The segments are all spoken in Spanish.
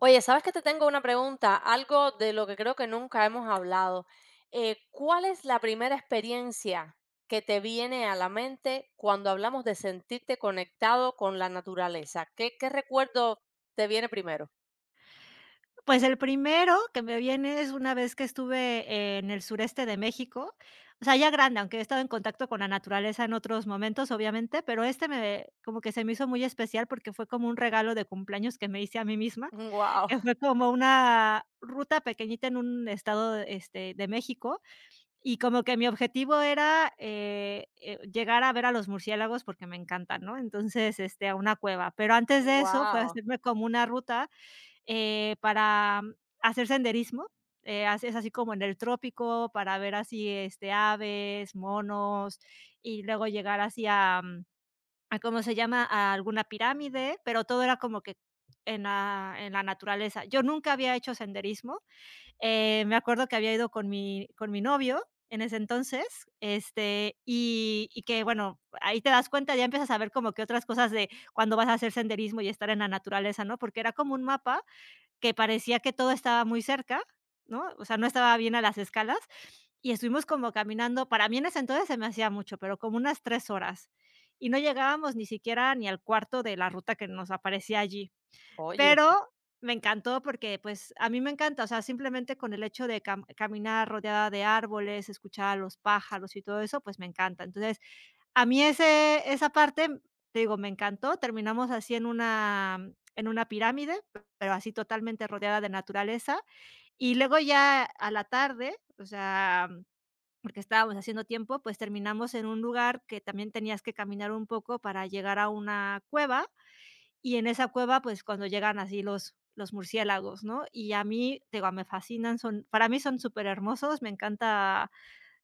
Oye, ¿sabes que te tengo una pregunta? Algo de lo que creo que nunca hemos hablado. ¿Cuál es la primera experiencia que te viene a la mente cuando hablamos de sentirte conectado con la naturaleza? ¿¿Qué recuerdo te viene primero? Pues el primero que me viene es una vez que estuve en el sureste de México, o sea, ya grande, aunque he estado en contacto con la naturaleza en otros momentos, obviamente, pero este me como que se me hizo muy especial porque fue como un regalo de cumpleaños que me hice a mí misma, Wow, que fue como una ruta pequeñita en un estado, de México, y como que mi objetivo era, llegar a ver a los murciélagos porque me encantan, ¿no? Entonces, a una cueva, pero antes de eso fue wow. hacerme como una ruta para hacer senderismo, as es así como en el trópico para ver así, aves, monos, y luego llegar así a, a, ¿cómo se llama?, a alguna pirámide, pero todo era como que en la naturaleza. Yo nunca había hecho senderismo. Me acuerdo que había ido con mi novio en ese entonces, y que, bueno, ahí te das cuenta, ya empiezas a ver como que otras cosas de cuando vas a hacer senderismo y estar en la naturaleza, ¿no? Porque era como un mapa que parecía que todo estaba muy cerca, ¿no? O sea, no estaba bien a las escalas, y estuvimos como caminando, para mí en ese entonces se me hacía mucho, pero como unas 3 horas, y no llegábamos ni siquiera ni al cuarto de la ruta que nos aparecía allí, Oye, pero me encantó porque, pues, a mí me encanta, o sea, simplemente con el hecho de caminar rodeada de árboles, escuchar a los pájaros y todo eso, pues, me encanta. Entonces, a mí ese esa parte, te digo, me encantó. Terminamos así en una en una pirámide, pero así totalmente rodeada de naturaleza. Y luego ya a la tarde, o sea, porque estábamos haciendo tiempo, pues terminamos en un lugar que también tenías que caminar un poco para llegar a una cueva, y en esa cueva, pues, cuando llegan así los murciélagos, ¿no? Y a mí, te digo, me fascinan, son para mí son súper hermosos, me encanta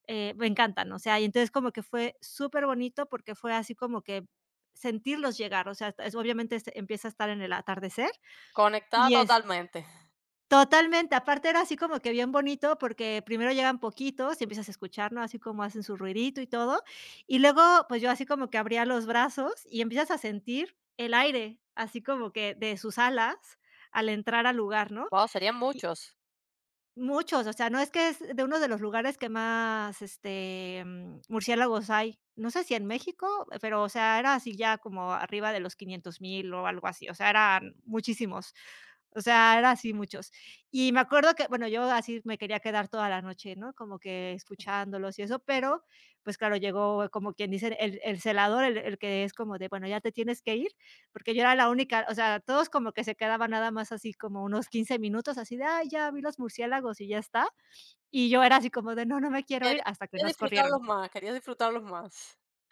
eh, me encantan, o sea, y entonces como que fue súper bonito porque fue así como que sentirlos llegar, o sea, hasta es obviamente empieza a estar en el atardecer conectada y es totalmente. totalmente, aparte era así como que bien bonito porque primero llegan poquitos y empiezas a escuchar, ¿no? Así como hacen su ruidito y todo, y luego, pues, yo así como que abría los brazos y empiezas a sentir el aire, así como que de sus alas al entrar al lugar, ¿no? Wow, serían muchos. Muchos, o sea, no es que es de uno de los lugares que más, murciélagos hay. No sé si en México, pero, o sea, era así ya como arriba de los 500.000 o algo así, o sea, eran muchísimos. O sea, era así muchos. Y me acuerdo que, bueno, yo así me quería quedar toda la noche, ¿no? Como que escuchándolos y eso, pero, pues, claro, llegó como quien dice el celador, el que es como de: "Bueno, ya te tienes que ir", porque yo era la única, o sea, todos como que se quedaban nada más así como unos 15 minutos, así de, ay, ya vi los murciélagos y ya está. Y yo era así como de, no, no me quiero ir Quería, hasta que quería nos corrieron. disfrutarlos más, quería disfrutarlos más.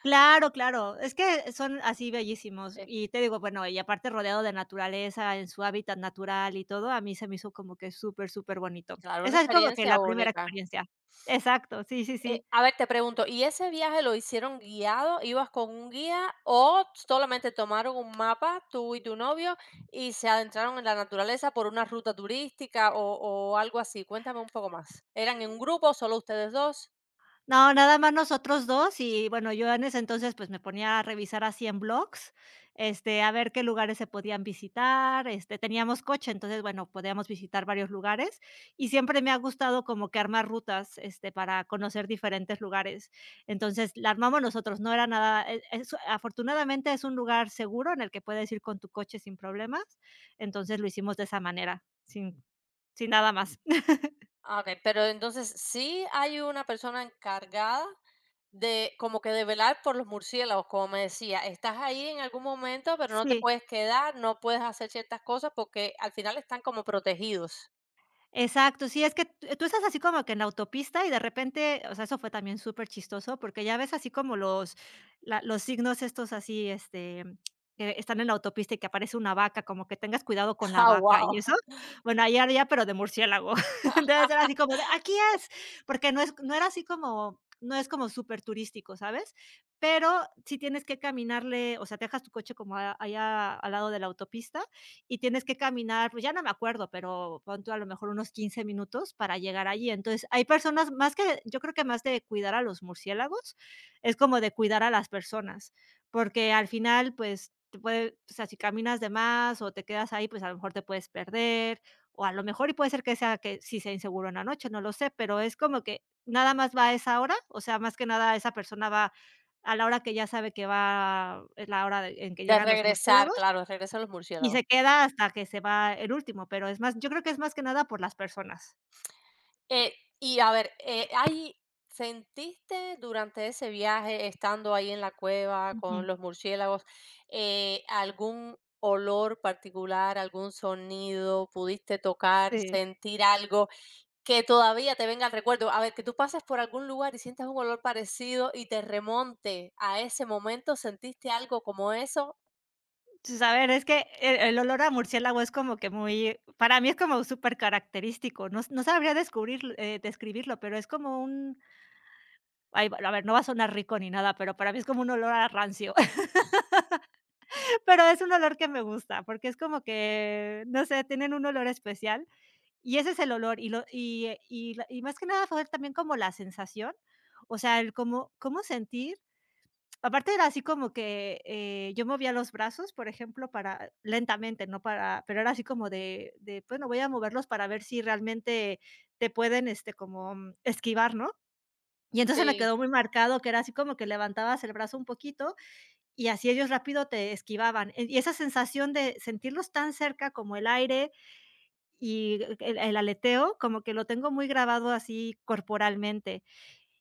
Claro, claro, es que son así bellísimos. Es, Y te digo, bueno, y aparte rodeado de naturaleza, en su hábitat natural y todo, a mí se me hizo como que súper, súper bonito. claro, una Esa es como que experiencia la primera única. experiencia. Exacto, sí, sí, sí. A ver, te pregunto, ¿y ese viaje lo hicieron guiado? ¿Ibas con un guía o solamente tomaron un mapa, tú y tu novio, y se adentraron en la naturaleza por una ruta turística o algo así? Cuéntame un poco más. ¿Eran en un grupo, solo ustedes dos? No, nada más nosotros 2 y, bueno, yo en ese entonces, pues, me ponía a revisar así en blogs, a ver qué lugares se podían visitar, teníamos coche, entonces, bueno, podíamos visitar varios lugares, y siempre me ha gustado como que armar rutas, para conocer diferentes lugares. Entonces, la armamos nosotros, no era nada e es afortunadamente, es un lugar seguro en el que puedes ir con tu coche sin problemas, entonces, lo hicimos de esa manera, sin nada más. Ah, ok, pero entonces sí hay una persona encargada de como que de velar por los murciélagos, como me decía, estás ahí en algún momento, pero no te Sí. puedes quedar, no puedes hacer ciertas cosas porque al final están como protegidos. Exacto, sí, es que t tú estás así como que en la autopista y de repente, o sea, eso fue también súper chistoso porque ya ves así como los signos estos así, que están en la autopista y que aparece una vaca, como que tengas cuidado con la Ah, vaca y wow. eso. Bueno, allá ya pero de murciélago. Entonces era así como de, aquí es, porque no era así como no es como súper turístico, ¿sabes? Pero sí tienes que caminarle, o sea, te dejas tu coche como a allá al lado de la autopista y tienes que caminar, pues ya no me acuerdo, pero pon tú a lo mejor unos 15 minutos para llegar allí. Entonces, hay personas más que, yo creo que más de cuidar a los murciélagos, es como de cuidar a las personas, porque al final, pues, te puede, o sea, si caminas de más o te quedas ahí, pues a lo mejor te puedes perder, o a lo mejor y puede ser que sea que sí sea inseguro en la noche, no lo sé, pero es como que nada más va a esa hora, o sea, más que nada esa persona va a la hora que ya sabe que va, es la hora en que De llegan los regresar, murciélagos claro, regresan los y murciélagos. se queda hasta que se va el último, pero es más yo creo que es más que nada por las personas. Eh, y a ver, hay ¿sentiste durante ese viaje, estando ahí en la cueva con Ujú. los murciélagos, algún olor particular, algún sonido? ¿Pudiste tocar, Sí. sentir algo que todavía te venga al recuerdo? A ver, que tú pases por algún lugar y sientas un olor parecido y te remonte a ese momento, ¿sentiste algo como eso? Pues, a ver, es que el olor a murciélago es como que muy, para mí es como súper característico, no sabría descubrir describirlo, pero es como un ay, a ver, no va a sonar rico ni nada, pero para mí es como un olor a rancio, pero es un olor que me gusta, porque es como que, no sé, tienen un olor especial, y ese es el olor, y lo y la y más que nada fue también como la sensación, o sea, el cómo sentir. Aparte era así como que, yo movía los brazos, por ejemplo, para lentamente, no para pero era así como de, bueno, voy a moverlos para ver si realmente te pueden, como esquivar, ¿no? Y entonces me Sí. quedó muy marcado que era así como que levantabas el brazo un poquito y así ellos rápido te esquivaban. Y esa sensación de sentirlos tan cerca como el aire y el aleteo, como que lo tengo muy grabado así corporalmente.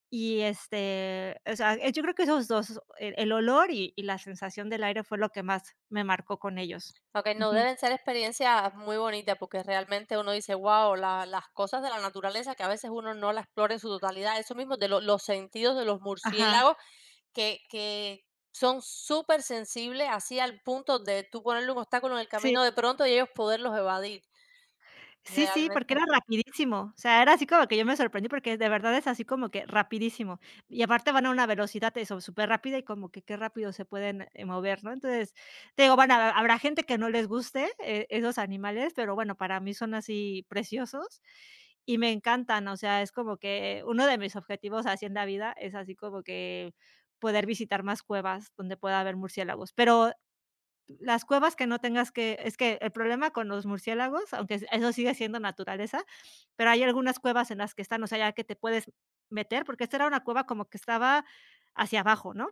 Y, o sea, yo creo que esos 2 el olor y la sensación del aire fue lo que más me marcó con ellos. Okey, no Ujú. deben ser experiencias muy bonitas, porque realmente uno dice: "Guau", la las cosas de la naturaleza que a veces uno no la explora en su totalidad. Eso mismo de lo los sentidos de los Ajá. murciélagos que son súper sensibles así al punto de tú ponerle un obstáculo en el Sí. camino de pronto y ellos poderlos evadir, Sí, sí, porque realmente. era rapidísimo. O sea, era así como que yo me sorprendí porque de verdad es así como que rapidísimo. Y aparte van a una velocidad eso, súper rápida y como que qué rápido se pueden, mover, ¿no? Entonces, te digo, van a habrá gente que no les guste, esos animales, pero bueno, para mí son así preciosos y me encantan. O sea, es como que uno de mis objetivos así en la vida es así como que poder visitar más cuevas donde pueda haber murciélagos. Pero las cuevas que no tengas que es que el problema con los murciélagos, aunque eso sigue siendo naturaleza, pero hay algunas cuevas en las que están, o sea, ya que te puedes meter, porque esta era una cueva como que estaba hacia abajo, ¿no?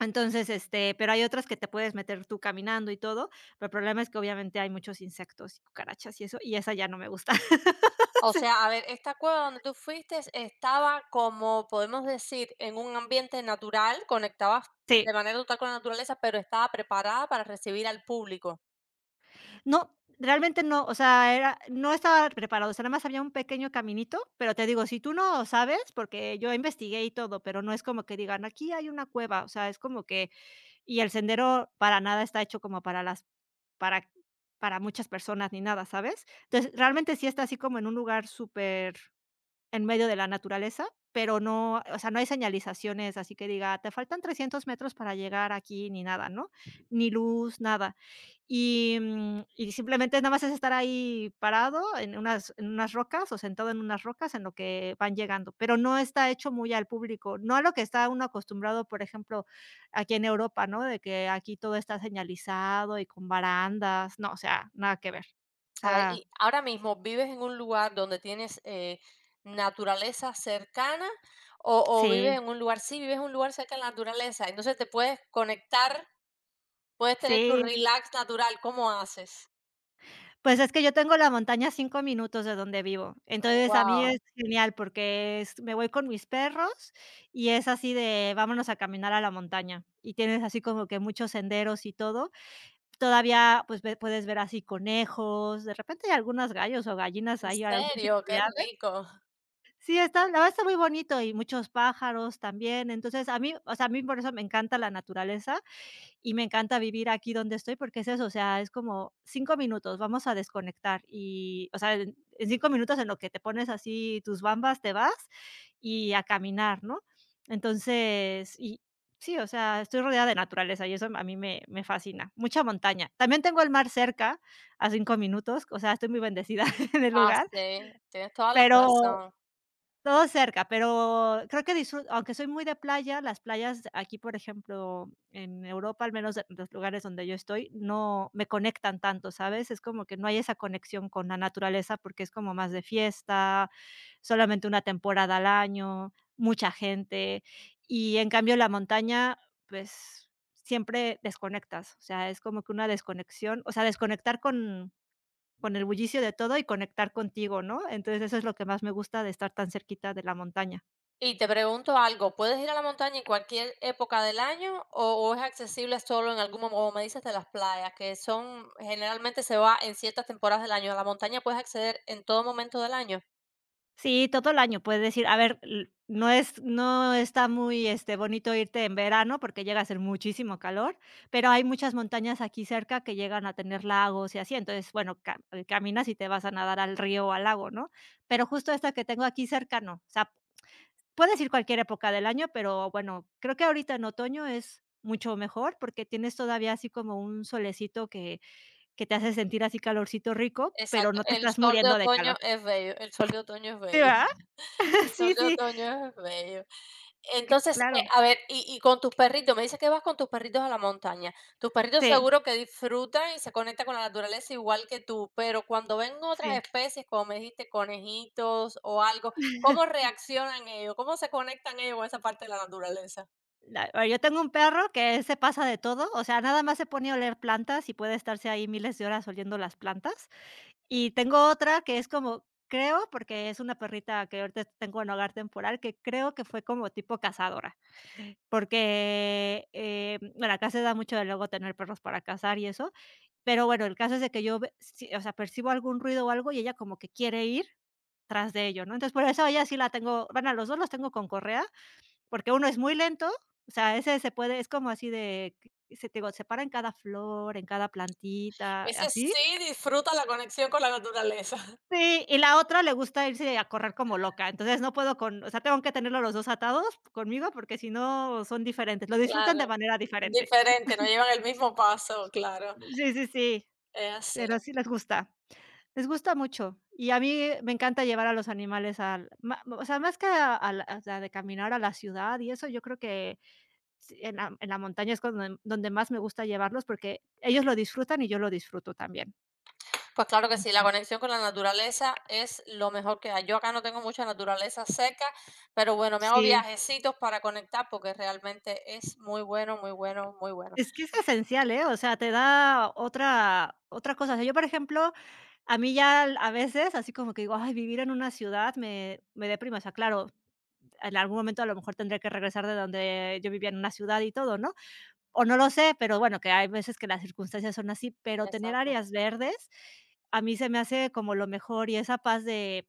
Entonces, pero hay otras que te puedes meter tú caminando y todo, pero el problema es que obviamente hay muchos insectos y cucarachas y eso, y esa ya no me gusta. O sea, a ver, esta cueva donde tú fuiste estaba como, podemos decir, en un ambiente natural, conectabas Sí. de manera total con la naturaleza, pero estaba preparada para recibir al público. No, realmente no, o sea, era no estaba preparado, o sea, nada más había un pequeño caminito, pero te digo, si tú no sabes, porque yo investigué y todo, pero no es como que digan: "Aquí hay una cueva", o sea, es como que y el sendero para nada está hecho como para las para para muchas personas ni nada, ¿sabes? Entonces, realmente sí está así como en un lugar súper en medio de la naturaleza, pero no, o sea, no hay señalizaciones, así que diga: "Te faltan 300 metros para llegar aquí", ni nada, ¿no? Ni luz, nada. Y, y simplemente nada más es estar ahí parado en unas rocas o sentado en unas rocas en lo que van llegando, pero no está hecho muy al público, no a lo que está uno acostumbrado, por ejemplo, aquí en Europa, ¿no? De que aquí todo está señalizado y con barandas, no, o sea, nada que ver. O A ver, sea, y ahora mismo, ¿vives en un lugar donde tienes, naturaleza cercana o vives sí, en un lugar sí, vives en un lugar cerca de la naturaleza? Entonces te puedes conectar, puedes tener tu sí. relax natural, ¿cómo haces? Pues es que yo tengo la montaña a 5 minutos de donde vivo. Entonces, a mí Wow. es genial porque es me voy con mis perros y es así de vámonos a caminar a la montaña. Y tienes así como que muchos senderos y todo. Todavía, pues, ve puedes ver así conejos, de repente hay algunos gallos o gallinas, ¿En hay algún tipo serio? de Qué ave. rico. Sí, está la verdad está muy bonito y muchos pájaros también. Entonces, a mí, o sea, a mí por eso me encanta la naturaleza y me encanta vivir aquí donde estoy porque es eso, o sea, es como 5 minutos, vamos a desconectar y, o sea, en 5 minutos en lo que te pones así tus bambas, te vas y a caminar, ¿no? Entonces, y sí, o sea, estoy rodeada de naturaleza y eso a mí me fascina. Mucha montaña. También tengo el mar cerca, a 5 minutos, o sea, estoy muy bendecida en el Ah, lugar, sí, tienes toda la pero razón. todo cerca, pero creo que disfruto, aunque soy muy de playa. Las playas aquí, por ejemplo, en Europa, al menos en los lugares donde yo estoy, no me conectan tanto, ¿sabes? Es como que no hay esa conexión con la naturaleza, porque es como más de fiesta, solamente una temporada al año, mucha gente, y en cambio la montaña, pues, siempre desconectas, o sea, es como que una desconexión, o sea, desconectar con el bullicio de todo y conectar contigo, ¿no? Entonces, eso es lo que más me gusta de estar tan cerquita de la montaña. Y te pregunto algo, ¿puedes ir a la montaña en cualquier época del año o es accesible solo en algún momento, como me dices, de las playas, que son generalmente se va en ciertas temporadas del año? A la montaña puedes acceder en todo momento del año. Sí, todo el año puedes decir, a ver, l no es no está muy, bonito irte en verano porque llega a ser muchísimo calor, pero hay muchas montañas aquí cerca que llegan a tener lagos y así, entonces, bueno, ca caminas y te vas a nadar al río o al lago, ¿no? Pero justo esta que tengo aquí cerca, no. O sea, puedes ir cualquier época del año, pero bueno, creo que ahorita en otoño es mucho mejor porque tienes todavía así como un solecito que te hace sentir así calorcito rico, pero Exacto, no te el estás sol de muriendo de calor. otoño es bello, el sol de otoño es ¿Sí, bello. verdad? El sol Sí, de sí, otoño es bello. que Entonces, claro. a ver, y con tus perritos, me dices que vas con tus perritos a la montaña. Tus perritos Sí, seguro que disfrutan y se conectan con la naturaleza igual que tú, pero cuando ven otras sí. especies, como me dijiste, conejitos o algo, ¿cómo reaccionan ellos? ¿Cómo se conectan ellos con esa parte de la naturaleza? La yo tengo un perro que se pasa de todo, o sea, nada más se pone a oler plantas y puede estarse ahí miles de horas oliendo las plantas. Y tengo otra que es como creo, porque es una perrita que ahorita tengo en hogar temporal, que creo que fue como tipo cazadora, porque, bueno, acá se da mucho de luego tener perros para cazar y eso. Pero bueno, el caso es de que yo ve sí, o sea, percibo algún ruido o algo, y ella como que quiere ir tras de ello, ¿no? Entonces, por eso ella sí la tengo van a los 2 los tengo con correa, porque uno es muy lento, o sea, ese se puede es como así de que se te digo, se para en cada flor, en cada plantita, Ese así. sí disfruta la conexión con la naturaleza. Sí, y la otra le gusta irse a correr como loca, entonces no puedo con o sea, tengo que tenerlo los 2 atados conmigo, porque si no son diferentes, lo disfrutan de Claro. manera diferente. Diferente, no llevan el mismo paso, claro. Sí, sí, sí, Es así. pero sí les gusta. Les gusta mucho, y a mí me encanta llevar a los animales al ma o sea, más que a la o sea, de caminar a la ciudad y eso, yo creo que sí, en la montaña es cuando donde más me gusta llevarlos, porque ellos lo disfrutan y yo lo disfruto también. Pues claro que sí, la Ujú. conexión con la naturaleza es lo mejor que hay. Yo acá no tengo mucha naturaleza cerca, pero bueno, me hago Sí, viajecitos para conectar porque realmente es muy bueno, muy bueno, muy bueno. es que es esencial, ¿eh? O sea, te da otra otra cosa. O sea, yo, por ejemplo, a mí ya al- a veces, así como que digo: "Ay, vivir en una ciudad me deprime". O sea, claro, en algún momento a lo mejor tendré que regresar de donde yo vivía en una ciudad y todo, ¿no? O no lo sé, pero bueno, que hay veces que las circunstancias son así, pero tener Exacto. áreas verdes a mí se me hace como lo mejor y esa paz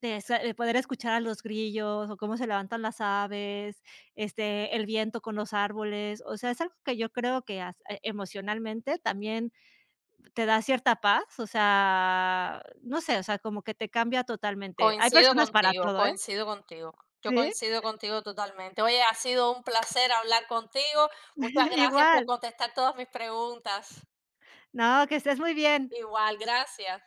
de sa de poder escuchar a los grillos o cómo se levantan las aves, el viento con los árboles, o sea, es algo que yo creo que as emocionalmente también te da cierta paz, o sea, no sé, o sea, como que te cambia totalmente. Hay Coincido personas para contigo, todo, ¿eh? coincido contigo. Yo Sí, coincido contigo totalmente. Oye, ha sido un placer hablar contigo. Muchas gracias por igual. contestar todas mis preguntas. No, que estés muy bien. Igual, gracias.